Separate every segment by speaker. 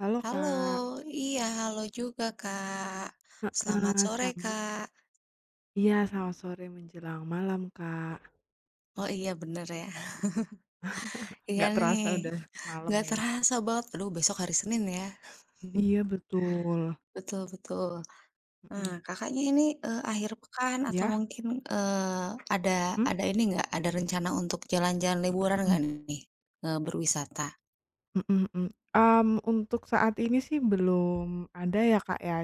Speaker 1: Halo
Speaker 2: Halo,
Speaker 1: Kak,
Speaker 2: iya halo juga, Kak. Selamat
Speaker 1: heeh,
Speaker 2: sore,
Speaker 1: selamat
Speaker 2: Kak.
Speaker 1: iya selamat sore menjelang malam Kak,
Speaker 2: Oh, iya bener ya. Iya
Speaker 1: nggak terasa
Speaker 2: nih,
Speaker 1: udah malam
Speaker 2: nggak
Speaker 1: nih.
Speaker 2: terasa banget. Aduh, besok hari Senin ya.
Speaker 1: Iya betul,
Speaker 2: Betul betul. Nah,
Speaker 1: Mm-mm.
Speaker 2: Kakaknya ini, akhir pekan
Speaker 1: Ya
Speaker 2: atau
Speaker 1: iya,
Speaker 2: mungkin,
Speaker 1: mhm,
Speaker 2: ada ini nggak, ada rencana untuk jalan-jalan liburan nggak
Speaker 1: mhm
Speaker 2: nih? Berwisata?
Speaker 1: mhm mhm, untuk saat ini sih belum ada ya Kak ya,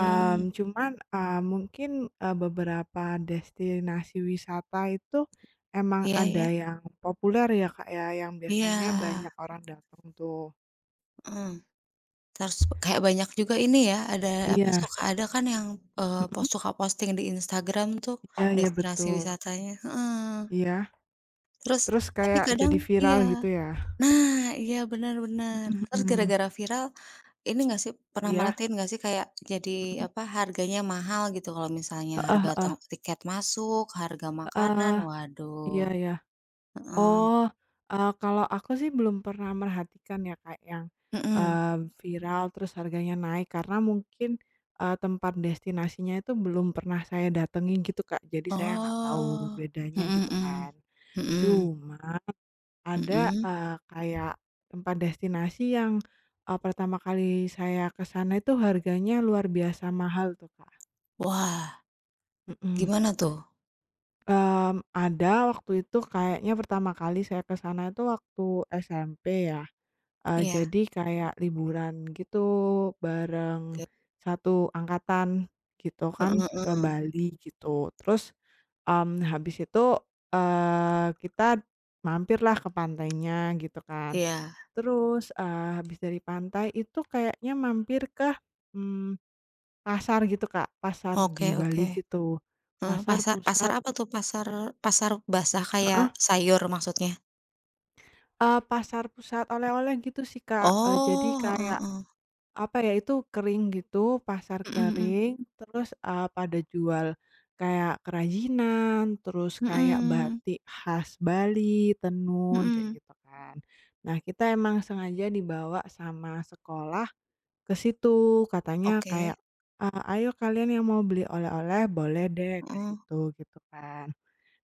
Speaker 1: cuman, mungkin, beberapa destinasi wisata itu emang
Speaker 2: iya ya,
Speaker 1: ada yang populer ya Kak ya, yang
Speaker 2: iya,
Speaker 1: biasanya banyak orang datang tuh.
Speaker 2: hmm. Terus kayak banyak juga ini ya, ada apa,
Speaker 1: Iya,
Speaker 2: suka ada kan yang, eee, pos
Speaker 1: mhm,
Speaker 2: suka posting di Instagram tuh
Speaker 1: iya iya
Speaker 2: destinasi
Speaker 1: betul,
Speaker 2: wisatanya, heeh.
Speaker 1: iya.
Speaker 2: Terus
Speaker 1: Terus
Speaker 2: tapi
Speaker 1: kayak
Speaker 2: kadang
Speaker 1: jadi
Speaker 2: iya.
Speaker 1: viral gitu ya?
Speaker 2: Nah, iya benar-benar
Speaker 1: Mhm
Speaker 2: terus
Speaker 1: mhm.
Speaker 2: gara-gara viral ini nggak sih, pernah
Speaker 1: Iya,
Speaker 2: merhatiin nggak sih kayak jadi apa, harganya mahal gitu kalau misalnya
Speaker 1: heeh
Speaker 2: harga
Speaker 1: heeh,
Speaker 2: tiket masuk, harga makanan,
Speaker 1: heeh, iya
Speaker 2: waduh,
Speaker 1: iya.
Speaker 2: heeh,
Speaker 1: Oh, kalau aku sih belum pernah merhatikan ya Kak yang,
Speaker 2: mhm.
Speaker 1: eee, viral terus harganya naik karena mungkin, tempat destinasinya itu belum pernah saya datangi gitu Kak, jadi saya nggak tahu
Speaker 2: Oh,
Speaker 1: bedanya
Speaker 2: mhm
Speaker 1: gitu
Speaker 2: mhm,
Speaker 1: kan.
Speaker 2: mhm
Speaker 1: Cuma ada,
Speaker 2: mhm.
Speaker 1: kayak tempat destinasi yang, pertama kali saya ke sana itu harganya luar biasa mahal tuh Kak,
Speaker 2: Wah,
Speaker 1: mhm.
Speaker 2: gimana tuh?
Speaker 1: Ada waktu itu kayaknya pertama kali saya ke sana itu waktu SMP ya,
Speaker 2: Iya.
Speaker 1: jadi kayak liburan gitu bareng
Speaker 2: Ke
Speaker 1: satu angkatan gitu
Speaker 2: Heeh
Speaker 1: kan ke
Speaker 2: heeh.
Speaker 1: Bali gitu. Terus, habis itu, kita mampirlah ke pantainya gitu kan.
Speaker 2: Iya.
Speaker 1: Terus, habis dari pantai itu kayaknya mampir ke, mmm, pasar gitu Kak, pasar
Speaker 2: Oke
Speaker 1: di
Speaker 2: oke.
Speaker 1: Bali gitu,
Speaker 2: Heeh,
Speaker 1: pasar
Speaker 2: pasar pasar
Speaker 1: pusat
Speaker 2: apa tuh? Pasar pasar basah kayak sayur maksudnya?
Speaker 1: Pasar pusat oleh-oleh gitu sih, Kak. Jadi,
Speaker 2: Oh,
Speaker 1: mhm,
Speaker 2: heeh
Speaker 1: kayak,
Speaker 2: heeh.
Speaker 1: apa ya, itu kering gitu, pasar
Speaker 2: Mhm mhm.
Speaker 1: kering, terus, pada jual kayak kerajinan, terus kayak
Speaker 2: Mhm.
Speaker 1: batik khas Bali, tenun, kayak
Speaker 2: Mhm.
Speaker 1: gitu kan. Nah, kita emang sengaja dibawa sama sekolah ke situ, katanya
Speaker 2: Oke.
Speaker 1: kayak, "Ayo kalian yang mau beli oleh-oleh boleh deh ke
Speaker 2: Heeh.
Speaker 1: situ," gitu kan.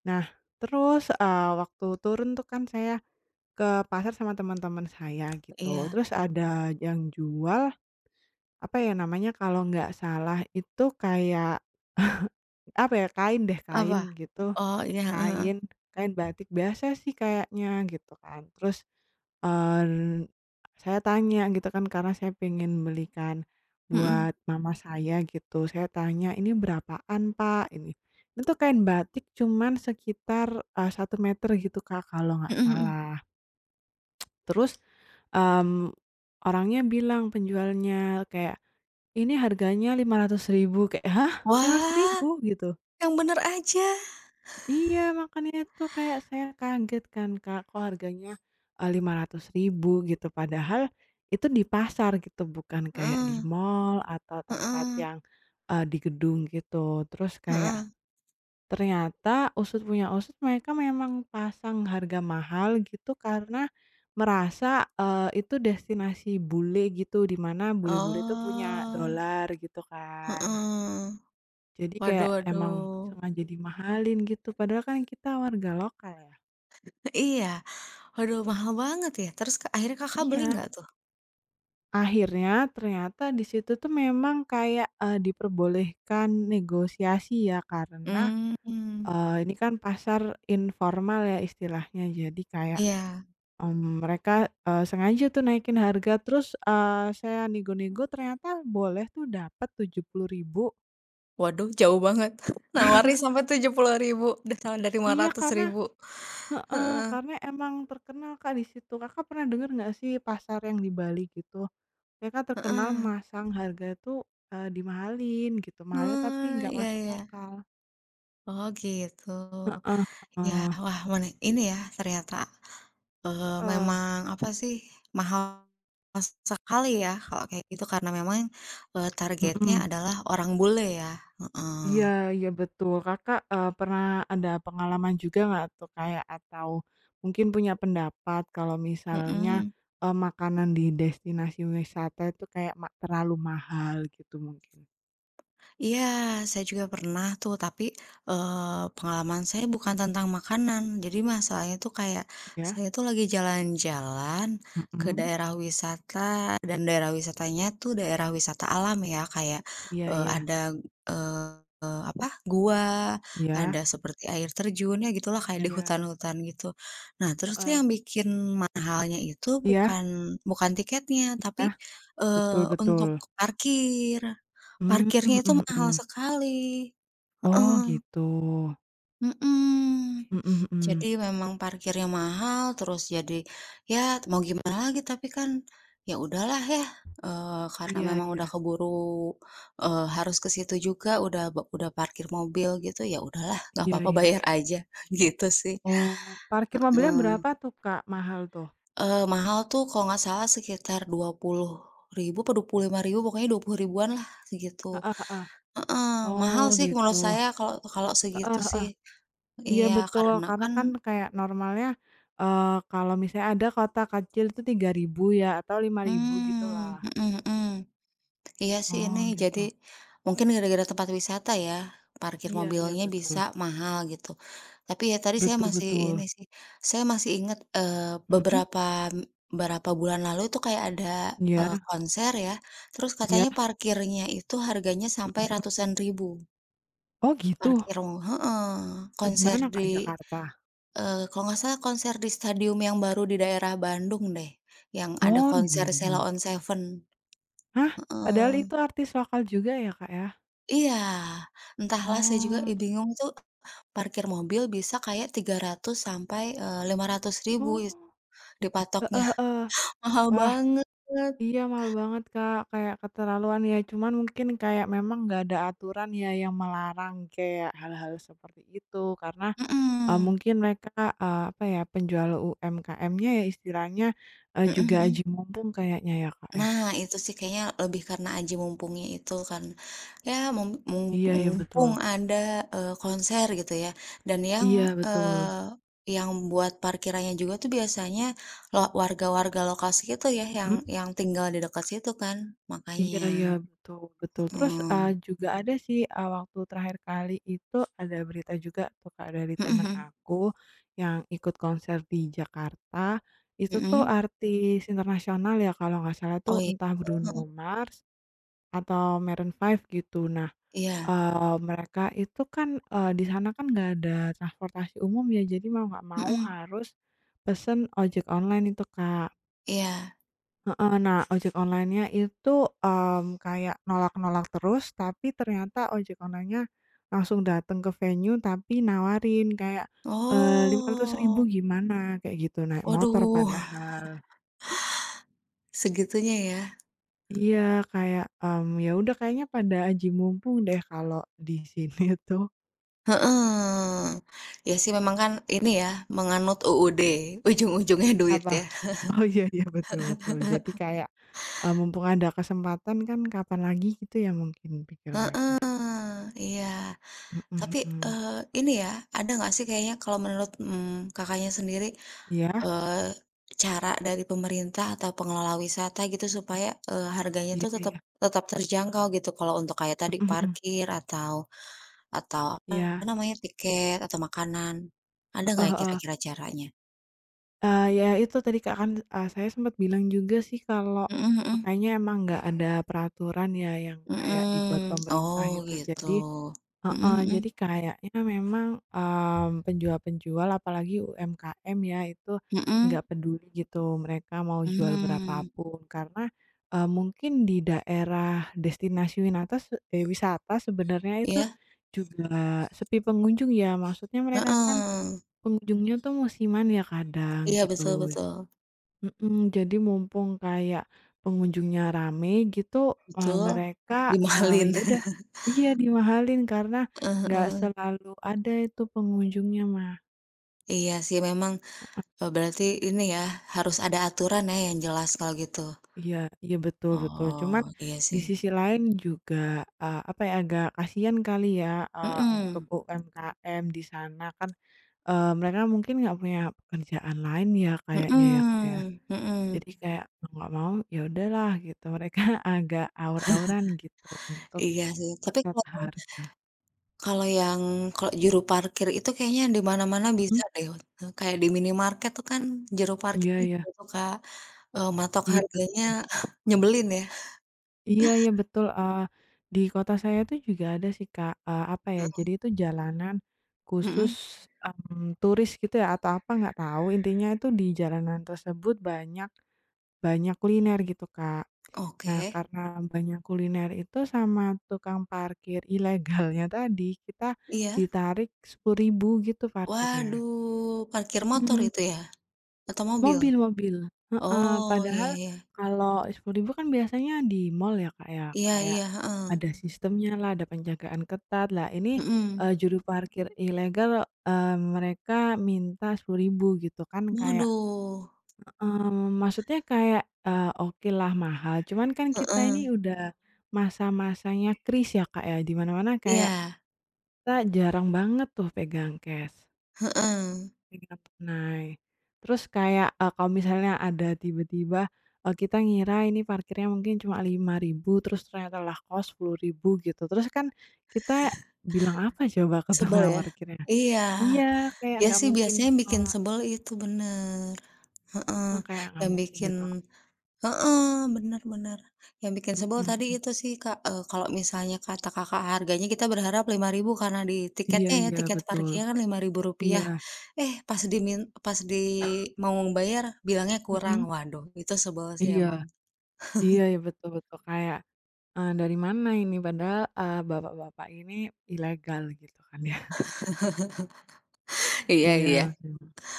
Speaker 1: Nah, terus, waktu turun tuh kan saya ke pasar sama teman-teman saya gitu.
Speaker 2: Iya.
Speaker 1: Terus ada yang jual, apa ya namanya, kalau nggak salah itu kayak, apa ya, kain deh, kain
Speaker 2: Apa?
Speaker 1: gitu.
Speaker 2: Oh, iya, heeh heeh.
Speaker 1: Kain kain batik biasa sih kayaknya gitu kan. Terus, eee, saya tanya gitu kan karena saya pengen belikan
Speaker 2: Mhm.
Speaker 1: buat mama saya gitu. Saya tanya, "Ini berapaan, Pak?" Ini. Itu kain batik cuman sekitar, 1 meter gitu, Kak, kalau nggak
Speaker 2: Mhm mhm.
Speaker 1: salah. Terus, mmm, orangnya bilang penjualnya kayak, "Ini harganya lima rp ribu ribu, kayak, "Hah? lima ratus
Speaker 2: Wah,
Speaker 1: ribu gitu."
Speaker 2: yang bener aja.
Speaker 1: Iya, makanya itu kayak saya kaget kan, Kak, kok harganya, eh, 500.000 gitu, padahal itu di pasar gitu, bukan kayak di
Speaker 2: Heeh.
Speaker 1: mall atau tempat
Speaker 2: Heeh.
Speaker 1: yang, di gedung gitu. Terus kayak
Speaker 2: Heeh.
Speaker 1: ternyata usut punya usut mereka memang pasang harga mahal gitu karena merasa, itu destinasi bule gitu di mana bule-bule tuh punya
Speaker 2: Oh.
Speaker 1: dolar gitu kan.
Speaker 2: Heeh.
Speaker 1: Jadi
Speaker 2: Waduh
Speaker 1: kayak emang
Speaker 2: waduh.
Speaker 1: sengaja dimahalin gitu padahal kan kita warga lokal ya.
Speaker 2: Iya. Waduh, mahal banget ya? Terus Kak, akhirnya Kakak beli
Speaker 1: Iya,
Speaker 2: nggak tuh?
Speaker 1: akhirnya ternyata di situ tuh memang kayak, diperbolehkan negosiasi ya karena,
Speaker 2: Mmm.
Speaker 1: ini kan pasar informal ya istilahnya jadi kayak,
Speaker 2: Iya.
Speaker 1: Mereka, sengaja tuh naikin harga terus, saya nego-nego ternyata boleh tuh dapat 70.000.
Speaker 2: Waduh, jauh banget. Nawarin sampai 70.000. Udah sama dari
Speaker 1: Iya karena
Speaker 2: Rp500.000.
Speaker 1: heeh,
Speaker 2: Heeh.
Speaker 1: emang terkenal Kak di situ. Kakak pernah dengar nggak sih pasar yang di Bali gitu? Mereka terkenal
Speaker 2: Heeh.
Speaker 1: masang harga tuh, dimahalin gitu, mahalnya tapi
Speaker 2: Mmm,
Speaker 1: nggak
Speaker 2: iya
Speaker 1: masuk
Speaker 2: iya.
Speaker 1: akal.
Speaker 2: Oh gitu.
Speaker 1: Heeh
Speaker 2: Iya,
Speaker 1: heeh.
Speaker 2: wah meni ini ya ternyata,
Speaker 1: Heeh,
Speaker 2: memang apa sih, mahal sekali ya kalau kayak gitu karena memang, targetnya
Speaker 1: mhm.
Speaker 2: adalah orang bule ya?
Speaker 1: Iya
Speaker 2: Heeh.
Speaker 1: iya betul. Kakak, pernah ada pengalaman juga nggak tuh kayak atau mungkin punya pendapat kalau misalnya,
Speaker 2: Mhm.
Speaker 1: makanan di destinasi wisata itu kayak terlalu mahal gitu mungkin?
Speaker 2: Iya, saya juga pernah tuh, tapi, pengalaman saya bukan tentang makanan. Jadi masalahnya tuh kayak,
Speaker 1: Ya?
Speaker 2: saya tuh lagi jalan-jalan ke
Speaker 1: Mhm.
Speaker 2: daerah wisata, dan daerah wisatanya tuh daerah wisata alam ya, kayak,
Speaker 1: Iya iya.
Speaker 2: ada, eee, apa, gua,
Speaker 1: Iya
Speaker 2: ada seperti air terjun, ya gitulah kayak di
Speaker 1: iya.
Speaker 2: hutan-hutan gitu. Nah, terus tuh
Speaker 1: Heeh.
Speaker 2: yang bikin mahalnya itu
Speaker 1: Iya
Speaker 2: bukan, tiketnya, tapi,
Speaker 1: iya. Betul
Speaker 2: untuk
Speaker 1: betul.
Speaker 2: parkir.
Speaker 1: Mmm,
Speaker 2: Parkirnya itu
Speaker 1: mhm
Speaker 2: mahal
Speaker 1: mhm.
Speaker 2: sekali,
Speaker 1: Oh
Speaker 2: heeh,
Speaker 1: gitu.
Speaker 2: mhm.
Speaker 1: Mhm mhm.
Speaker 2: Jadi memang parkirnya mahal, terus jadi, ya mau gimana lagi tapi kan, ya udahlah ya, karena
Speaker 1: Iya
Speaker 2: memang
Speaker 1: iya.
Speaker 2: udah keburu, harus ke situ juga udah parkir mobil gitu, ya udahlah nggak
Speaker 1: Iya
Speaker 2: apa-apa
Speaker 1: iya.
Speaker 2: bayar aja, gitu sih,
Speaker 1: Oh, parkir mobilnya
Speaker 2: heeh.
Speaker 1: berapa tuh Kak mahal tuh?
Speaker 2: Mahal tuh kalau nggak salah sekitar Rp20.000 apa 25.000. Pokoknya 20.000-an lah, segitu.
Speaker 1: Heeh heeh.
Speaker 2: Heeh, mahal
Speaker 1: Oh
Speaker 2: sih menurut
Speaker 1: gitu,
Speaker 2: saya kalau kalau segitu
Speaker 1: heeh
Speaker 2: sih.
Speaker 1: iya
Speaker 2: Iya,
Speaker 1: betul
Speaker 2: karena
Speaker 1: karena
Speaker 2: kan,
Speaker 1: kan kayak normalnya, eee, kalau misalnya ada kota kecil itu 3.000 ya atau 5.000 gitulah.
Speaker 2: mhm mhm. Iya sih, ini
Speaker 1: Oh
Speaker 2: jadi
Speaker 1: gitu.
Speaker 2: mungkin gara-gara tempat wisata ya, parkir
Speaker 1: Iya iya
Speaker 2: mobilnya
Speaker 1: betul,
Speaker 2: bisa mahal gitu. Tapi ya tadi saya
Speaker 1: betul
Speaker 2: masih ini
Speaker 1: betul,
Speaker 2: sih, saya masih ingat,
Speaker 1: mhm,
Speaker 2: beberapa beberapa bulan lalu itu kayak ada,
Speaker 1: iya
Speaker 2: konser ya, terus
Speaker 1: iya,
Speaker 2: katanya parkirnya itu harganya
Speaker 1: mhm
Speaker 2: sampai
Speaker 1: mhm,
Speaker 2: ratusan ribu,
Speaker 1: oh gitu?
Speaker 2: parkir heeh,
Speaker 1: Di
Speaker 2: konser
Speaker 1: mana Kak,
Speaker 2: di
Speaker 1: Jakarta?
Speaker 2: Kalau nggak salah konser di stadium yang baru di daerah Bandung deh, yang ada
Speaker 1: Oh di
Speaker 2: konser Sheila
Speaker 1: Bandung.
Speaker 2: on 7,
Speaker 1: Hah? Padahal
Speaker 2: heeh.
Speaker 1: itu artis lokal juga ya Kak, ya?
Speaker 2: Iya, entahlah saya juga,
Speaker 1: Oh,
Speaker 2: ih, bingung tuh parkir mobil bisa kayak 300 sampai, 500.000
Speaker 1: oh,
Speaker 2: dipatoknya,
Speaker 1: heeh heeh,
Speaker 2: mahal
Speaker 1: wah.
Speaker 2: banget.
Speaker 1: Iya, mahal banget, Kak, kayak keterlaluan ya, cuman mungkin kayak memang nggak ada aturan ya yang melarang kayak hal-hal seperti itu karena,
Speaker 2: Mhm,
Speaker 1: mungkin mereka, apa ya, penjual UMKM-nya ya istilahnya,
Speaker 2: mhm
Speaker 1: juga
Speaker 2: mhm.
Speaker 1: aji mumpung kayaknya ya, Kak, ya?
Speaker 2: Nah, itu sih kayaknya lebih karena aji mumpungnya itu kan, ya mum mum
Speaker 1: Iya ya betul.
Speaker 2: mumpung ada, konser gitu ya, dan yang,
Speaker 1: Iya, betul.
Speaker 2: yang buat parkirannya juga tuh biasanya warga-warga lokal segitu ya,
Speaker 1: Mhm?
Speaker 2: yang tinggal di dekat situ kan,
Speaker 1: Iya iya,
Speaker 2: makanya.
Speaker 1: betul betul. Terus,
Speaker 2: Heeh.
Speaker 1: juga ada sih, waktu terakhir kali itu ada berita juga tuh, Kak, dari
Speaker 2: Mhm
Speaker 1: teman
Speaker 2: mhm.
Speaker 1: aku yang ikut konser di Jakarta. Itu tuh
Speaker 2: Mhm?
Speaker 1: artis internasional ya kalau nggak salah
Speaker 2: Oh,
Speaker 1: tuh
Speaker 2: iya.
Speaker 1: entah
Speaker 2: Heeh
Speaker 1: Bruno
Speaker 2: heeh.
Speaker 1: Mars atau Maroon 5 gitu. Nah,
Speaker 2: Iya.
Speaker 1: mereka itu kan, di sana kan nggak ada transportasi umum ya, jadi mau nggak mau
Speaker 2: Mhm.
Speaker 1: harus pesen ojek online itu, Kak.
Speaker 2: Iya.
Speaker 1: Heeh. Nah, ojek online-nya itu, kayak nolak-nolak terus, tapi ternyata ojek online-nya langsung dateng ke venue, tapi nawarin kayak, lima ratus
Speaker 2: Oh.
Speaker 1: ribu gimana, kayak gitu, naik motor
Speaker 2: Waduh,
Speaker 1: padahal.
Speaker 2: segitunya ya.
Speaker 1: Iya, kayak, ya udah kayaknya pada aji mumpung deh kalau di sini tuh.
Speaker 2: Heeh. Ya sih memang kan ini ya, menganut UUD, ujung-ujungnya duit
Speaker 1: Apa?
Speaker 2: ya.
Speaker 1: Oh, iya iya, betul betul. Jadi kayak, mumpung ada kesempatan kan kapan lagi gitu ya mungkin pikir mereka.
Speaker 2: Heeh, iya.
Speaker 1: Mhm
Speaker 2: Tapi,
Speaker 1: mhm.
Speaker 2: ini ya, ada nggak sih kayaknya kalau menurut, Kakaknya sendiri,
Speaker 1: Iya?
Speaker 2: eee, cara dari pemerintah atau pengelola wisata gitu supaya, harganya
Speaker 1: Iya
Speaker 2: tuh
Speaker 1: iya.
Speaker 2: tetap terjangkau gitu kalau untuk kayak tadi
Speaker 1: Mhm mhm.
Speaker 2: parkir atau atau apa
Speaker 1: Ya,
Speaker 2: namanya, tiket atau makanan. Ada nggak ya
Speaker 1: heeh heeh.
Speaker 2: kira-kira caranya?
Speaker 1: Ya itu tadi Kak, kan, saya sempat bilang juga sih kalau,
Speaker 2: Mhm mhm.
Speaker 1: kayaknya emang nggak ada peraturan ya yang kayak dibuat
Speaker 2: Mhm.
Speaker 1: pemerintah
Speaker 2: Oh,
Speaker 1: gitu.
Speaker 2: gitu.
Speaker 1: Jadi
Speaker 2: Mhm
Speaker 1: heeh,
Speaker 2: mhm.
Speaker 1: jadi kayaknya memang, penjual-penjual apalagi UMKM ya itu nggak
Speaker 2: Mhm.
Speaker 1: peduli gitu mereka mau jual
Speaker 2: Mmm.
Speaker 1: berapapun karena, mungkin di daerah destinasi wisata sebenarnya itu
Speaker 2: Iya,
Speaker 1: juga sepi pengunjung ya. Maksudnya mereka kan
Speaker 2: heeh.
Speaker 1: pengunjungnya tuh musiman ya kadang
Speaker 2: Iya,
Speaker 1: gitu,
Speaker 2: betul betul.
Speaker 1: mhm, jadi mumpung kayak pengunjungnya rame gitu,
Speaker 2: Betul,
Speaker 1: mereka,
Speaker 2: dimahalin.
Speaker 1: ya udah iya dimahalin karena
Speaker 2: Heeh
Speaker 1: nggak
Speaker 2: heeh.
Speaker 1: selalu ada itu pengunjungnya mah.
Speaker 2: Iya sih memang, berarti ini ya, harus ada aturan ya yang jelas kalau gitu.
Speaker 1: Iya iya betul betul, cuman
Speaker 2: Oh, iya
Speaker 1: di
Speaker 2: sih.
Speaker 1: sisi lain juga, apa ya, agak kasihan kali ya, untuk
Speaker 2: Mhm.
Speaker 1: UMKM di sana kan, mereka mungkin nggak punya pekerjaan lain ya kayaknya ya, Kak, ya?
Speaker 2: Mhm. Mhm.
Speaker 1: Jadi kayak mau nggak mau ya udahlah gitu, mereka agak awur-awuran gitu untuk
Speaker 2: Iya sih, tapi
Speaker 1: ngeset harga.
Speaker 2: kalau yang kalau juru parkir itu kayaknya di mana-mana bisa
Speaker 1: Mhm,
Speaker 2: deh, kayak di minimarket tuh kan juru
Speaker 1: iya
Speaker 2: parkirnya
Speaker 1: iya,
Speaker 2: juga tuh, Kak. Matok
Speaker 1: iya
Speaker 2: harganya
Speaker 1: betul.
Speaker 2: nyebelin ya?
Speaker 1: Iya iya betul, di kota saya tuh juga ada sih Kak, apa ya,
Speaker 2: Heeh.
Speaker 1: jadi itu jalanan khusus,
Speaker 2: Mhm.
Speaker 1: turis gitu ya atau apa nggak tahu, intinya itu di jalanan tersebut banyak banyak kuliner gitu Kak. Nah,
Speaker 2: Oke,
Speaker 1: karena banyak kuliner itu sama tukang parkir ilegalnya tadi, kita
Speaker 2: iya.
Speaker 1: ditarik 10.000 gitu parkirnya.
Speaker 2: Waduh, parkir motor
Speaker 1: Mhm,
Speaker 2: itu ya? Atau mobil?
Speaker 1: mobil mobil, heeh,
Speaker 2: Oh, iya
Speaker 1: padahal
Speaker 2: iya.
Speaker 1: kalau 10.000 kan biasanya di mall ya, Kak, ya,
Speaker 2: Iya
Speaker 1: kayak
Speaker 2: iya, heeh.
Speaker 1: ada sistemnya lah ada penjagaan ketat lah ini,
Speaker 2: Mhm.
Speaker 1: juru parkir ilegal, mereka minta 10.000 gitu kan kayak.
Speaker 2: Waduh,
Speaker 1: Maksudnya kayak, okelah mahal, cuman kan kita
Speaker 2: heeh.
Speaker 1: ini udah masa-masanya kris ya, Kak, ya, di mana-mana kayak
Speaker 2: Iya,
Speaker 1: kita jarang banget tuh pegang cash,
Speaker 2: heeh.
Speaker 1: pegang tunai. Terus kayak, kalau misalnya ada tiba-tiba, kita ngira ini parkirnya mungkin cuma 5.000, terus ternyata lah kos rp ribu gitu, terus kan kita bilang apa coba ke
Speaker 2: Sebel
Speaker 1: tukang
Speaker 2: ya?
Speaker 1: parkirnya?
Speaker 2: Iya.
Speaker 1: Iya, kayak
Speaker 2: Iya
Speaker 1: nggak
Speaker 2: sih
Speaker 1: mungkin
Speaker 2: biasanya yang bikin
Speaker 1: nolak
Speaker 2: sebel itu, bener. Heeh,
Speaker 1: heeh, kayak nggak
Speaker 2: yang
Speaker 1: mungkin
Speaker 2: bikin
Speaker 1: ditolak
Speaker 2: heeh, yang bikin
Speaker 1: mhm
Speaker 2: sebel
Speaker 1: mhm.
Speaker 2: tadi itu sih, Kak, kalau misalnya kata Kakak harganya kita berharap 5.000 karena di
Speaker 1: Iya
Speaker 2: tiketnya ya,
Speaker 1: iya,
Speaker 2: tiket
Speaker 1: betul.
Speaker 2: parkirnya kan lima ribu
Speaker 1: Iya,
Speaker 2: rupiah Eh, pas dimin pas di mau bayar bilangnya kurang.
Speaker 1: mhm.
Speaker 2: Waduh, itu sebel sih emang.
Speaker 1: Iya, iya, ya, betul betul, kayak, dari mana ini padahal, bapak-bapak ini ilegal gitu kan ya.
Speaker 2: Iya
Speaker 1: Iya
Speaker 2: iya.
Speaker 1: sih,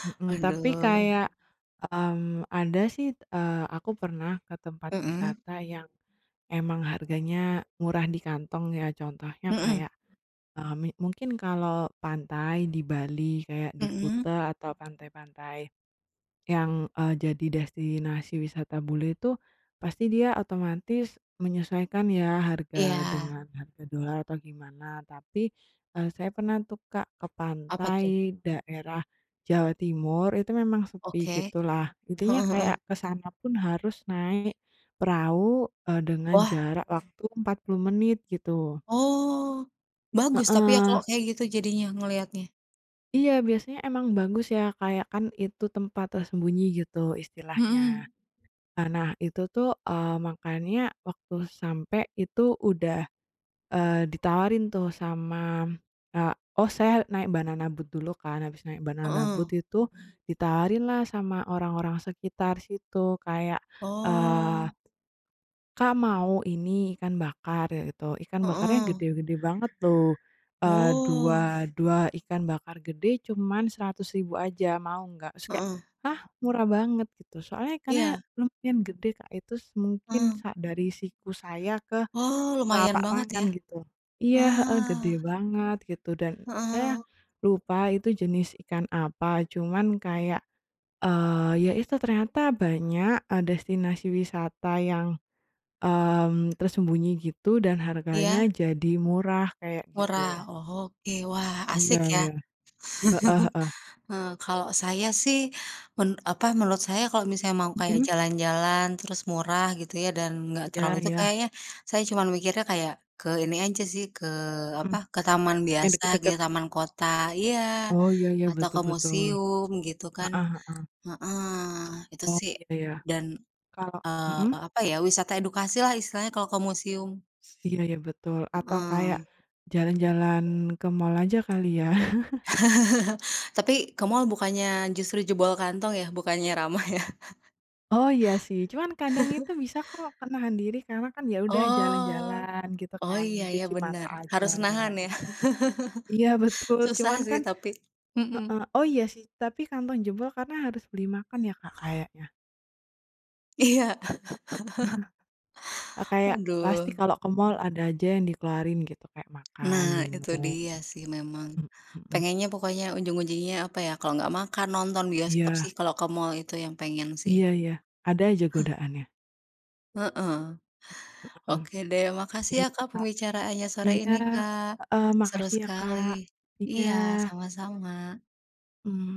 Speaker 1: mhm, tapi
Speaker 2: Aduh.
Speaker 1: kayak, mmm, ada sih, aku pernah ke tempat
Speaker 2: Mhm.
Speaker 1: wisata yang emang harganya murah di kantong ya, contohnya
Speaker 2: Mhm
Speaker 1: kayak, eee, mi mungkin kalau pantai di Bali kayak di
Speaker 2: mhm.
Speaker 1: Kuta atau pantai-pantai yang, jadi destinasi wisata bule itu, pasti dia otomatis menyesuaikan ya harga
Speaker 2: Iya.
Speaker 1: dengan harga dolar atau gimana. Tapi, saya pernah tuh Kak ke
Speaker 2: Apa
Speaker 1: pantai
Speaker 2: tuh?
Speaker 1: daerah Jawa Timur, itu memang sepi
Speaker 2: Oke.
Speaker 1: gitulah. Intinya
Speaker 2: Heeh heeh.
Speaker 1: kayak ke sana pun harus naik perahu, dengan
Speaker 2: Wah.
Speaker 1: jarak waktu 40 menit gitu.
Speaker 2: Oh, bagus tapi ya
Speaker 1: Heeh.
Speaker 2: kalau kayak gitu jadinya ngelihatnya.
Speaker 1: Iya, biasanya emang bagus ya, kayak kan itu tempat tersembunyi gitu istilahnya.
Speaker 2: Mhm.
Speaker 1: Nah itu tuh, makannya waktu sampai itu udah, ditawarin tuh sama, eee, oh saya naik banana boat dulu kan, habis naik banana
Speaker 2: Heeh.
Speaker 1: boat itu ditawarin lah sama orang-orang sekitar situ kayak, eee
Speaker 2: Oh.
Speaker 1: Kak, mau ini ikan bakar gitu, ikan bakarnya
Speaker 2: Heeh.
Speaker 1: gede-gede banget tuh,
Speaker 2: Oh,
Speaker 1: dua dua ikan bakar gede cuman 100.000 aja, mau nggak? Terus kayak,
Speaker 2: heeh.
Speaker 1: "Hah? Murah banget," gitu. Soalnya ikannya
Speaker 2: Iya,
Speaker 1: lumayan gede, Kak, itu s mungkin
Speaker 2: heeh.
Speaker 1: sa dari siku saya ke
Speaker 2: Oh, lumayan
Speaker 1: telapak
Speaker 2: banget
Speaker 1: tangan
Speaker 2: ya.
Speaker 1: gitu. Iya, heeh,
Speaker 2: Ah,
Speaker 1: gede banget gitu dan saya
Speaker 2: heeh.
Speaker 1: lupa itu jenis ikan apa, cuman kayak, ya itu ternyata banyak, destinasi wisata yang, tersembunyi gitu dan harganya
Speaker 2: Iya,
Speaker 1: jadi murah kayak gitu.
Speaker 2: murah. Oh, oke. Wah,
Speaker 1: Iya
Speaker 2: asik ya.
Speaker 1: iya, heeh heeh.
Speaker 2: Kalau saya sih, apa, menurut saya kalau misalnya mau kayak
Speaker 1: Mhm.
Speaker 2: jalan-jalan terus murah gitu ya dan nggak
Speaker 1: Iya
Speaker 2: terlalu itu
Speaker 1: iya,
Speaker 2: kayaknya saya cuman mikirnya kayak ke ini aja sih, ke apa,
Speaker 1: mhm,
Speaker 2: ke taman
Speaker 1: yang
Speaker 2: biasa gitu,
Speaker 1: deket-deket
Speaker 2: taman kota, iya,
Speaker 1: oh iya iya,
Speaker 2: atau ke
Speaker 1: betul betul,
Speaker 2: museum gitu kan.
Speaker 1: heeh he
Speaker 2: Heeh, itu
Speaker 1: oh
Speaker 2: sih,
Speaker 1: iya iya,
Speaker 2: dan
Speaker 1: kalau mhm,
Speaker 2: Apa ya, wisata edukasi lah istilahnya kalau ke museum,
Speaker 1: iya iya, betul atau
Speaker 2: heeh.
Speaker 1: kayak jalan-jalan ke mall aja kali ya.
Speaker 2: Tapi ke mall bukannya justru jebol kantong ya, bukannya ramah ya?
Speaker 1: Oh iya sih, cuman kadang itu bisa kok menahan diri karena kan ya udah
Speaker 2: Oh,
Speaker 1: jalan-jalan gitu
Speaker 2: oh,
Speaker 1: kan,
Speaker 2: iya ya
Speaker 1: cuci mata
Speaker 2: bener,
Speaker 1: aja
Speaker 2: harus nahan ya,
Speaker 1: gitu. Iya betul,
Speaker 2: susah
Speaker 1: cuman
Speaker 2: sih
Speaker 1: kan
Speaker 2: tapi, mhm,
Speaker 1: heeh, oh iya sih, tapi kantong jebol karena harus beli makan ya Kak kayaknya?
Speaker 2: iya,
Speaker 1: Kayak pasti
Speaker 2: waduh.
Speaker 1: kalau ke mall ada aja yang dikeluarin gitu, kayak makan,
Speaker 2: Nah, itu
Speaker 1: minum,
Speaker 2: dia sih memang,
Speaker 1: mhm mhm.
Speaker 2: pengennya pokoknya ujung-ujungnya apa ya, kalau nggak makan, nonton bioskop sih
Speaker 1: Iya
Speaker 2: kalau ke mall itu yang pengen sih,
Speaker 1: iya iya, ada aja godaannya,
Speaker 2: heeh.
Speaker 1: mhm.
Speaker 2: Oke deh, makasih ya
Speaker 1: Iya
Speaker 2: Kak
Speaker 1: Kak,
Speaker 2: pembicaraannya sore
Speaker 1: iya,
Speaker 2: ini Kak,
Speaker 1: heeh,
Speaker 2: seru
Speaker 1: makasih ya
Speaker 2: sekali.
Speaker 1: Kak, iya,
Speaker 2: Iya, sama-sama.
Speaker 1: mmm.